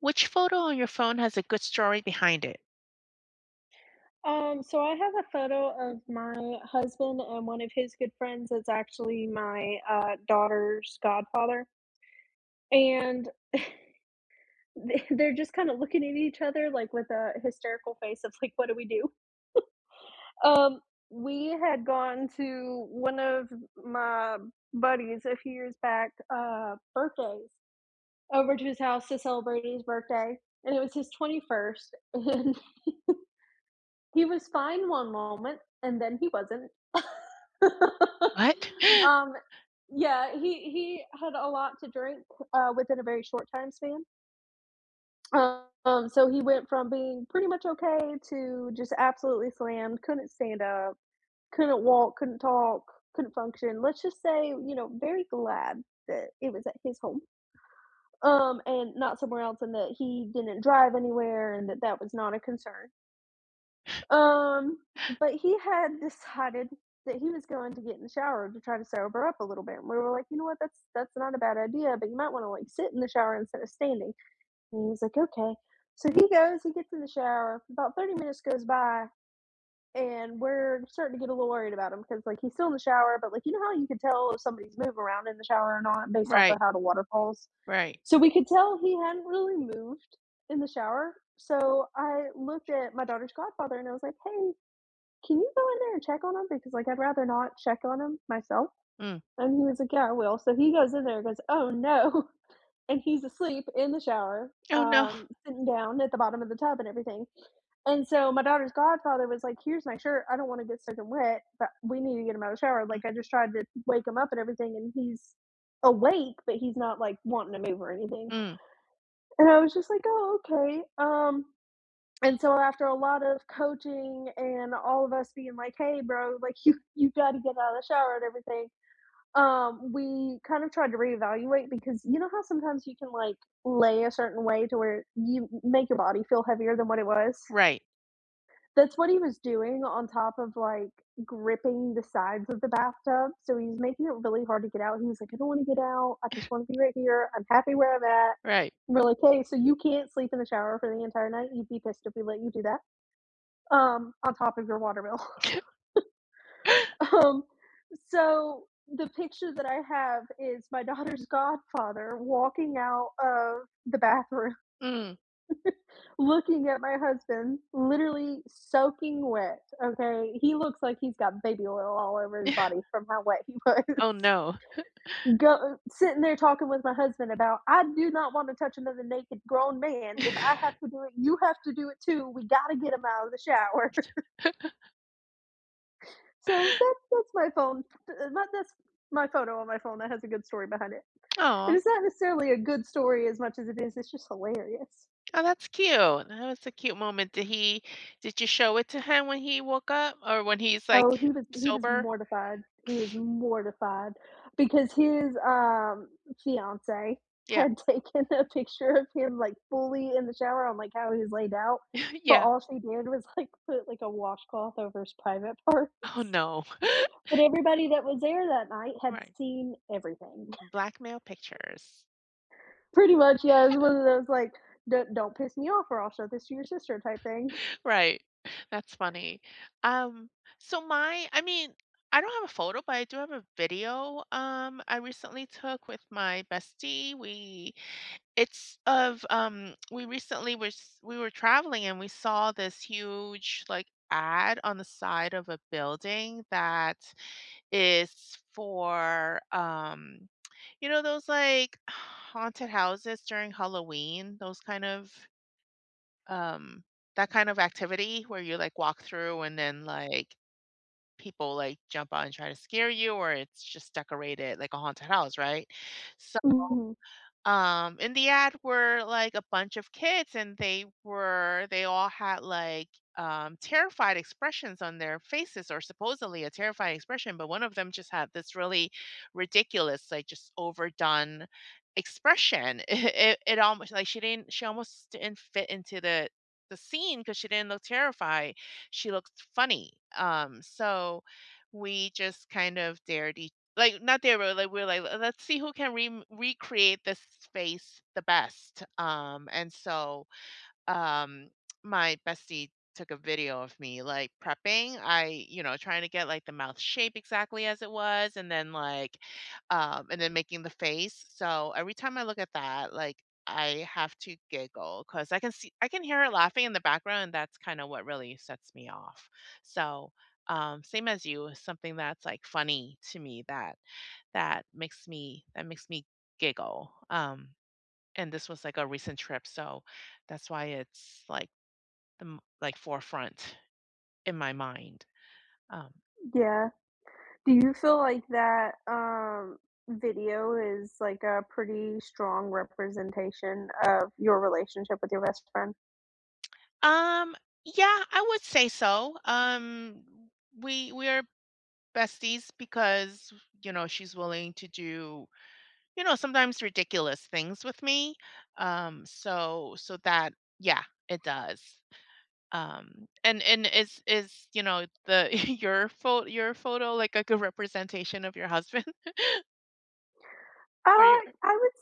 Which photo on your phone has a good story behind it? So I have a photo of my husband and one of his good friends that's actually my, daughter's godfather, and they they're just kinda looking at each other, like, with a hysterical face of, like, "What do we do?" Um, we had gone to one of my buddies a few years back, birthdays over to his house to celebrate his birthday, and it was his 21st, and he was fine one moment, and then he wasn't. What? Um, yeah, he had a lot to drink, within a very short time span. So he went from being pretty much okay to just absolutely slammed, couldn't stand up, couldn't walk, couldn't talk, couldn't function. Let's just say, you know, very glad that it was at his home, and not somewhere else, and that he didn't drive anywhere, and that that was not a concern. Um, but he had decided that he was going to get in the shower to try to sober up a little bit. And we were like, you know what, that's not a bad idea, but you might want to like sit in the shower instead of standing. And he was like, okay. So he goes, he gets in the shower. About 30 minutes goes by, and we're starting to get a little worried about him because like he's still in the shower, but like you know how you could tell if somebody's moving around in the shower or not based off of Right, how the water falls. right. So we could tell he hadn't really moved in the shower. So I looked at my daughter's godfather and I was like, hey, can you go in there and check on him? Because, like, I'd rather not check on him myself." Mm. And he was like, "Yeah, I will." So he goes in there and goes, "Oh, no." And he's asleep in the shower, Oh, no. Sitting down at the bottom of the tub and everything. And so my daughter's godfather was like, "Here's my shirt. I don't want to get soaking wet, but we need to get him out of the shower." Mm, Like I just tried to wake him up and everything, and he's awake, but he's not like wanting to move or anything. mm. And I was just like, "Oh, okay." And so after a lot of coaching and all of us being like, hey bro, like you got to get out of the shower and everything, we kind of tried to reevaluate because you know how sometimes you can like lay a certain way to where you make your body feel heavier than what it was. Right, That's what he was doing, on top of like gripping the sides of the bathtub, so he's making it really hard to get out. He was like, I don't want to get out, I just want to be right here, I'm happy where I'm at. right. We're like, hey, so you can't sleep in the shower for the entire night, you'd be pissed if we let you do that, on top of your water bill. Um, so the picture that I have is my daughter's godfather walking out of the bathroom, Mm. looking at my husband, literally soaking wet. Okay, he looks like he's got baby oil all over his body from how wet he was. Oh, no. Go sitting there talking with my husband about, I do not want to touch another naked grown man. If I have to do it, you have to do it too. We got to get him out of the shower. So that's my phone. That's my photo on my phone that has a good story behind it. Oh, It's not necessarily a good story as much as it is, it's just hilarious. oh, that's cute. That was a cute moment. Did he did you show it to him when he woke up or when he's, like, Oh, he was sober? mortified. He was mortified because his fiance Yeah. had taken a picture of him like fully in the shower on like how he was laid out, but Yeah. all she did was like put like a washcloth over his private Oh, parts. no. But everybody that was there that night had Right. seen everything. Blackmail pictures. Pretty much, yeah, it's one of those, like, "Don't piss me off or I'll show this to your sister," type thing. Right. That's funny. Um, so my I mean, I don't have a photo, but I do have a video, I recently took with my bestie. We It's of, we recently was we were traveling, and we saw this huge, like, ad on the side of a building that is for, you know, those, like, haunted houses during Halloween, those kind of, um that kind of activity where you, like, walk through, and then, like, people, like, jump out and try to scare you, or it's just decorated like a haunted house, right? Mhm, In the ad were, like, a bunch of kids, and they were, they all had, like, terrified expressions on their faces, or supposedly a terrified expression, but one of them just had this really ridiculous, like, just overdone expression. It almost, like, she almost didn't fit into the scene, because she didn't look terrified, she looked funny. So we just kind of dared each, like, not their road, like, we're like, "Le Let's see who can re recreate this space the best," and so, um, my bestie took a video of me, like, prepping. I You know, trying to get, like, the mouth shape exactly as it was, and then, like, and then making the face. So every time I look at that, like, I have to giggle because I can see, I can hear her laughing in the background, and that's kinda what really sets me off. So, same as you, something that's, like, funny to me that that makes me giggle. And this was, like, a recent trip, so that's why it's, like, the like forefront in my mind. Um, yeah. Do you feel like that, video is, like, a pretty strong representation of your relationship with your best friend? um, yeah, I would say so. We we're besties because, you know, she's willing to do, you know, sometimes ridiculous things with me. So that, yeah, it does. And is you know, the your photo, like, a good representation of your husband? Or Uh, your I would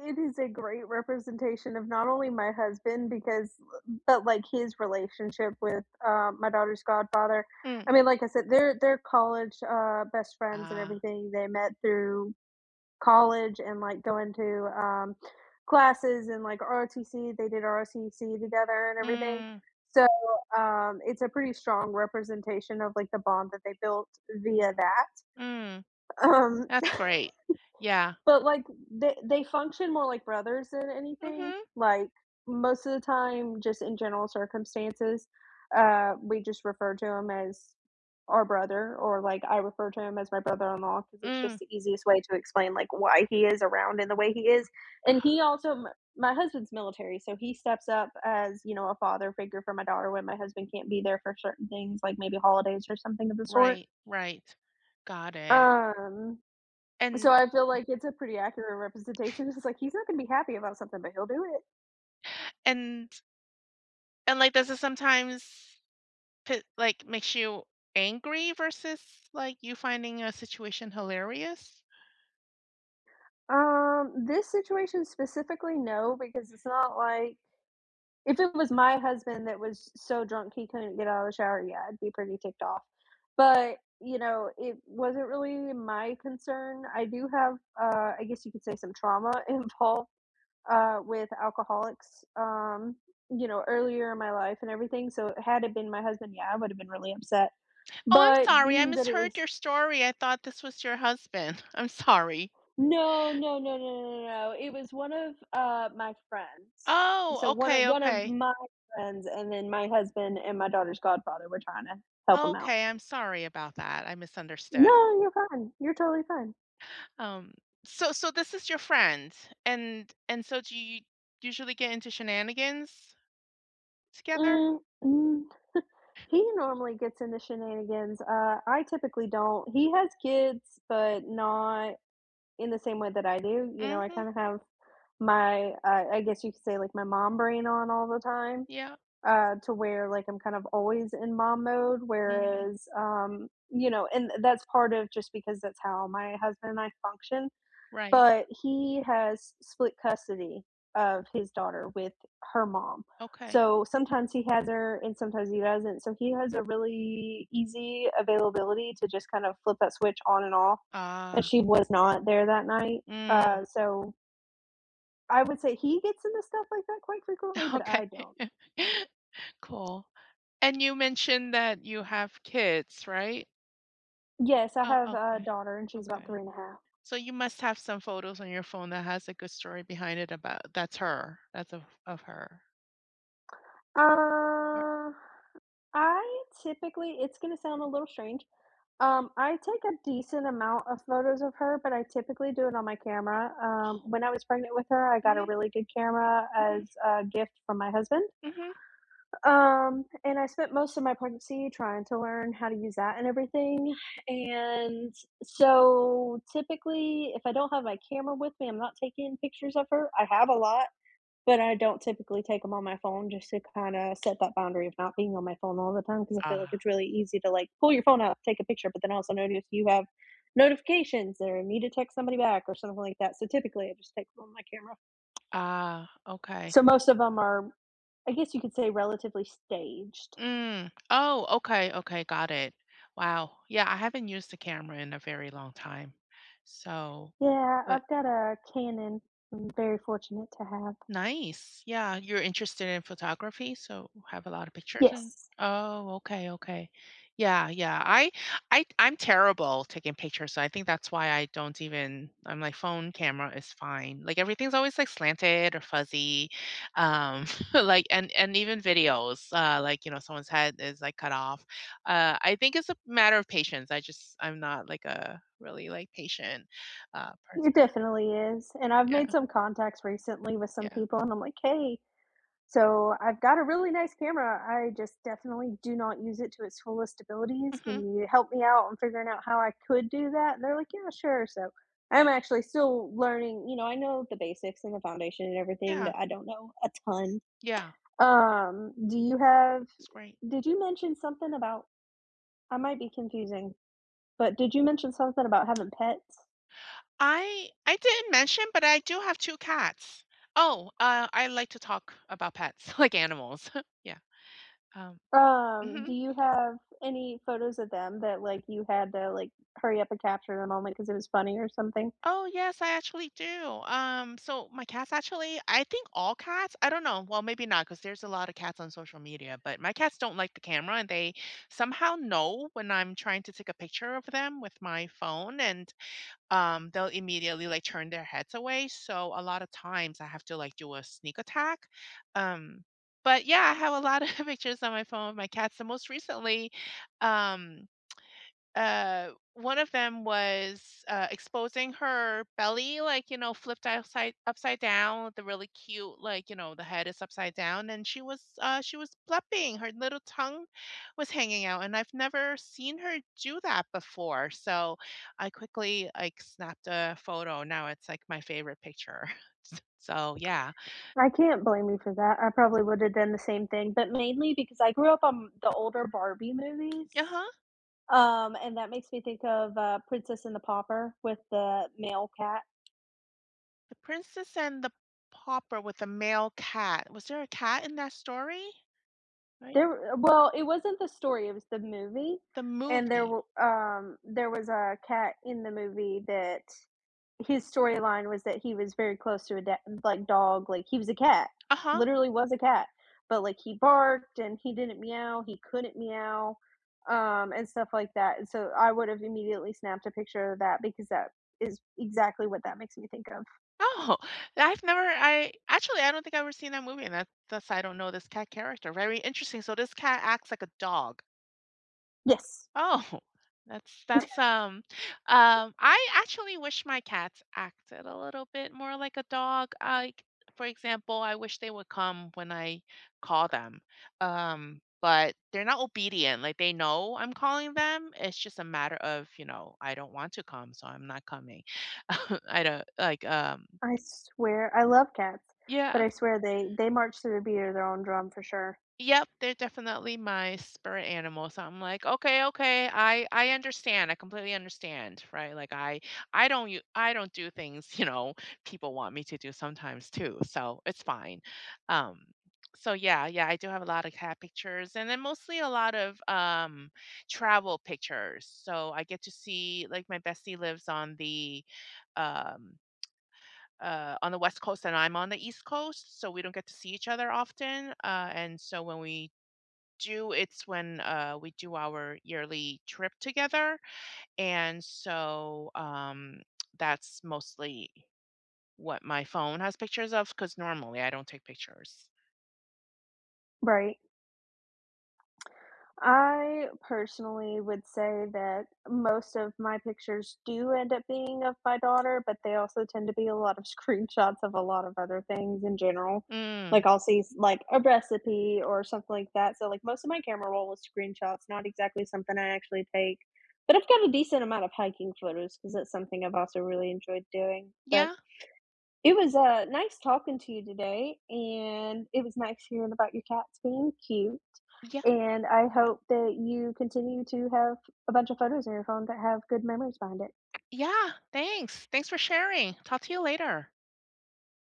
say it is a great representation of not only my husband because but, like, his relationship with, my daughter's godfather. mm, I mean, like I said, they're college, best friends and ah, everything. They met through college and like going to classes and like ROTC. They did ROTC together and everything. mm, So it's a pretty strong representation of like the bond that they built via mhm, that. mm, Um, that's great. Yeah. but, like, they function more like brothers than anything, Mhm, like, most of the time, just in general circumstances, we just refer to him as our brother, or, like, I refer to him as my brother-in-law law because it's just mm. the easiest way to explain, like, why he is around in the way he is, and he also m my husband's military, so he steps up as, you know, a father figure for my daughter when my husband can't be there for certain things, like maybe holidays or something of the sort. Right, right. Got it. Um, so And I feel yeah, like it's a pretty accurate representation. It's just like he's not gonna be happy about something, but he'll do it. and and, like, does it sometimes p like, makes you angry versus, like, you finding a situation hilarious? This situation specifically, no, because it's not like if it was my husband that was so drunk he couldn't get out of the shower, yeah, I'd be pretty ticked off. But, you know, it wasn't really my concern. I do have I guess you could say some trauma involved with alcoholics. You know, earlier in my life and everything. So had it been my husband, yeah, I would have been really upset. Oh, I'm But sorry. I being that it misheard was, your story. I thought this was your husband. I'm sorry. no, no, no, no, no, no. It was one of, my friends. So Oh, one of okay, one of okay. my friends and then my husband and my daughter's godfather were trying to help him out. Okay, I'm sorry about that. I misunderstood. No, you're fine. You're totally fine. Um, so this is your friend, and so do you usually get into shenanigans together? Mm, mm, he normally gets into shenanigans. I typically don't. He has kids, but not in the same way that I do. You know, I Mm-hmm. kind of have my, I guess you could say, like my mom brain on all the time. Yeah. To where like I'm kind of always in mom mode. Mm, Whereas, you know, and that's part of just because that's how my husband and I function. right. But he has split custody of his daughter with her mom. Okay. So sometimes he has her and sometimes he doesn't. So he has a really easy availability to just kind of flip that switch on and off. And Ah. she was not there that night. Mm, So I would say he gets into stuff like that quite frequently, but okay. I don't. Cool. And you mentioned that you have kids, right? Yes, I Oh, have a okay. daughter, and she's about Okay. 3 and a half. So you must have some photos on your phone that has a good story behind it about That's of her. Or, Uh, I typically, it's gonna sound a little strange, I take a decent amount of photos of her, but I typically do it on my camera. Oh. When I was pregnant with her, I got a Mhm, really good camera mhm, as a gift from my husband, mhm. And I spent most of my pregnancy trying to learn how to use that and everything, and so, typically, if I don't have my camera with me, I'm not taking pictures of her. I have a lot, but I don't typically take them on my phone just to kinda set that boundary of not being on my phone all the time because I feel like Ah, it's really easy to, like, pull your phone out, take a picture, but then also notice you have notifications or need to text somebody back or something like that, so typically I just take them on my camera. ah, okay. So most of them are, I guess you could say, relatively staged. Mm. Oh, okay, okay, got it. Wow. Yeah, I haven't used the camera in a very long time. So, Yeah, but I've got a Canon I'm very fortunate to have. nice. Yeah, you're interested in photography, so have a lot of pictures and Yes, oh, okay, okay. Yeah, yeah. I I'm terrible taking pictures, so I think that's why I don't even, I'm like phone camera is fine. Like, everything's always, like, slanted or fuzzy. Um like, and even videos, uh, like, you know, someone's head is, like, cut off. I think it's a matter of patience. I just I'm not, like, a really, like, patient, it person. definitely is, and I've made Yeah, some contacts recently with some yeah. people, and I'm like, "Hey." So I've got a really nice camera. I just definitely do not use it to its fullest abilities. Can Mhm. you help me out on figuring out how I could do that? And they're like, yeah, sure. So I'm actually still learning. You know, I know the basics and the foundation and everything, Yeah. but I don't know a ton. Yeah. Do you have, It's great. did you mention something about, I might be confusing, but did you mention something about having pets? I didn't mention, but I do have 2 cats. Oh, I like to talk about pets, like animals. Yeah. Um, Do mhm. you have any photos of them that like you had to like hurry up and capture the moment because it was funny or something? Oh, yes, I actually do. So my cats, actually, I think all cats, I don't know, well, maybe not, because there's a lot of cats on social media, but my cats don't like the camera, and they somehow know when I'm trying to take a picture of them with my phone, and, they'll immediately, like, turn their heads away. So a lot of times I have to, like, do a sneak attack. Um, but yeah, I have a lot of pictures on my phone of my cats. The most recently, um, one of them was, exposing her belly, like, you know, flipped upside down, the really cute, like, you know, the head is upside down, and she was blepping. Her little tongue was hanging out, and I've never seen her do that before, so I quickly, like, snapped a photo. Now it's, like, my favorite picture. So, yeah. I can't blame you for that. I probably would have done the same thing, but mainly because I grew up on the older Barbie movies, Uh-huh. And that makes me think of, Princess and the Pauper with the male cat. The Princess and the Pauper with the male cat. Was there a cat in that story? Right? There, well, it wasn't the story, it was the movie, The and movie. There was a cat in the movie that his storyline was that he was very close to a da like, dog, like, he was a cat, Uh-huh. literally was a cat, but, like, he barked and he didn't meow, he couldn't meow, and stuff like that, and so I would've immediately snapped a picture of that because that is exactly what that makes me think of. Oh, I've never, I actually, I don't think I've ever seen that movie, and that's, I don't know this cat character. Very interesting. So this cat acts like a dog. Yes, Oh, that's um, um, I actually wish my cats acted a little bit more like a dog. Like, for example, I wish they would come when I call them. Um, but they're not obedient. Like, they know I'm calling them. It's just a matter of, you know, I don't want to come, so I'm not coming. I don't like um, I swear I love cats, but yeah, I swear they march to the beat of their own drum for sure. yep, they're definitely my spirit animal, so I'm like, "Okay, okay, I understand, I completely understand," right? Like, I don't you I don't do things you know, people want me to do sometimes too, so it's fine. Um, yeah, yeah, I do have a lot of cat pictures, and then mostly a lot of, travel pictures, so I get to see, like, my bestie lives um, on the West Coast, and I'm on the East Coast, so we don't get to see each other often, and so when we do, it's when, we do our yearly trip together. And so That's mostly what my phone has pictures of, because normally I don't take pictures. Right. I personally would say that most of my pictures do end up being of my daughter, but they also tend to be a lot of screenshots of a lot of other things in general. Like Mm, I'll see like a recipe or something like that. So like most of my camera roll is screenshots, not exactly something I actually take. But I've got a decent amount of hiking photos because that's something I've also really enjoyed doing. But yeah, it was, nice talking to you today, and it was nice hearing about your cats being cute, yeah, and I hope that you continue to have a bunch of photos on your phone that have good memories behind it. yeah. Thanks. Thanks for sharing. Talk to you later.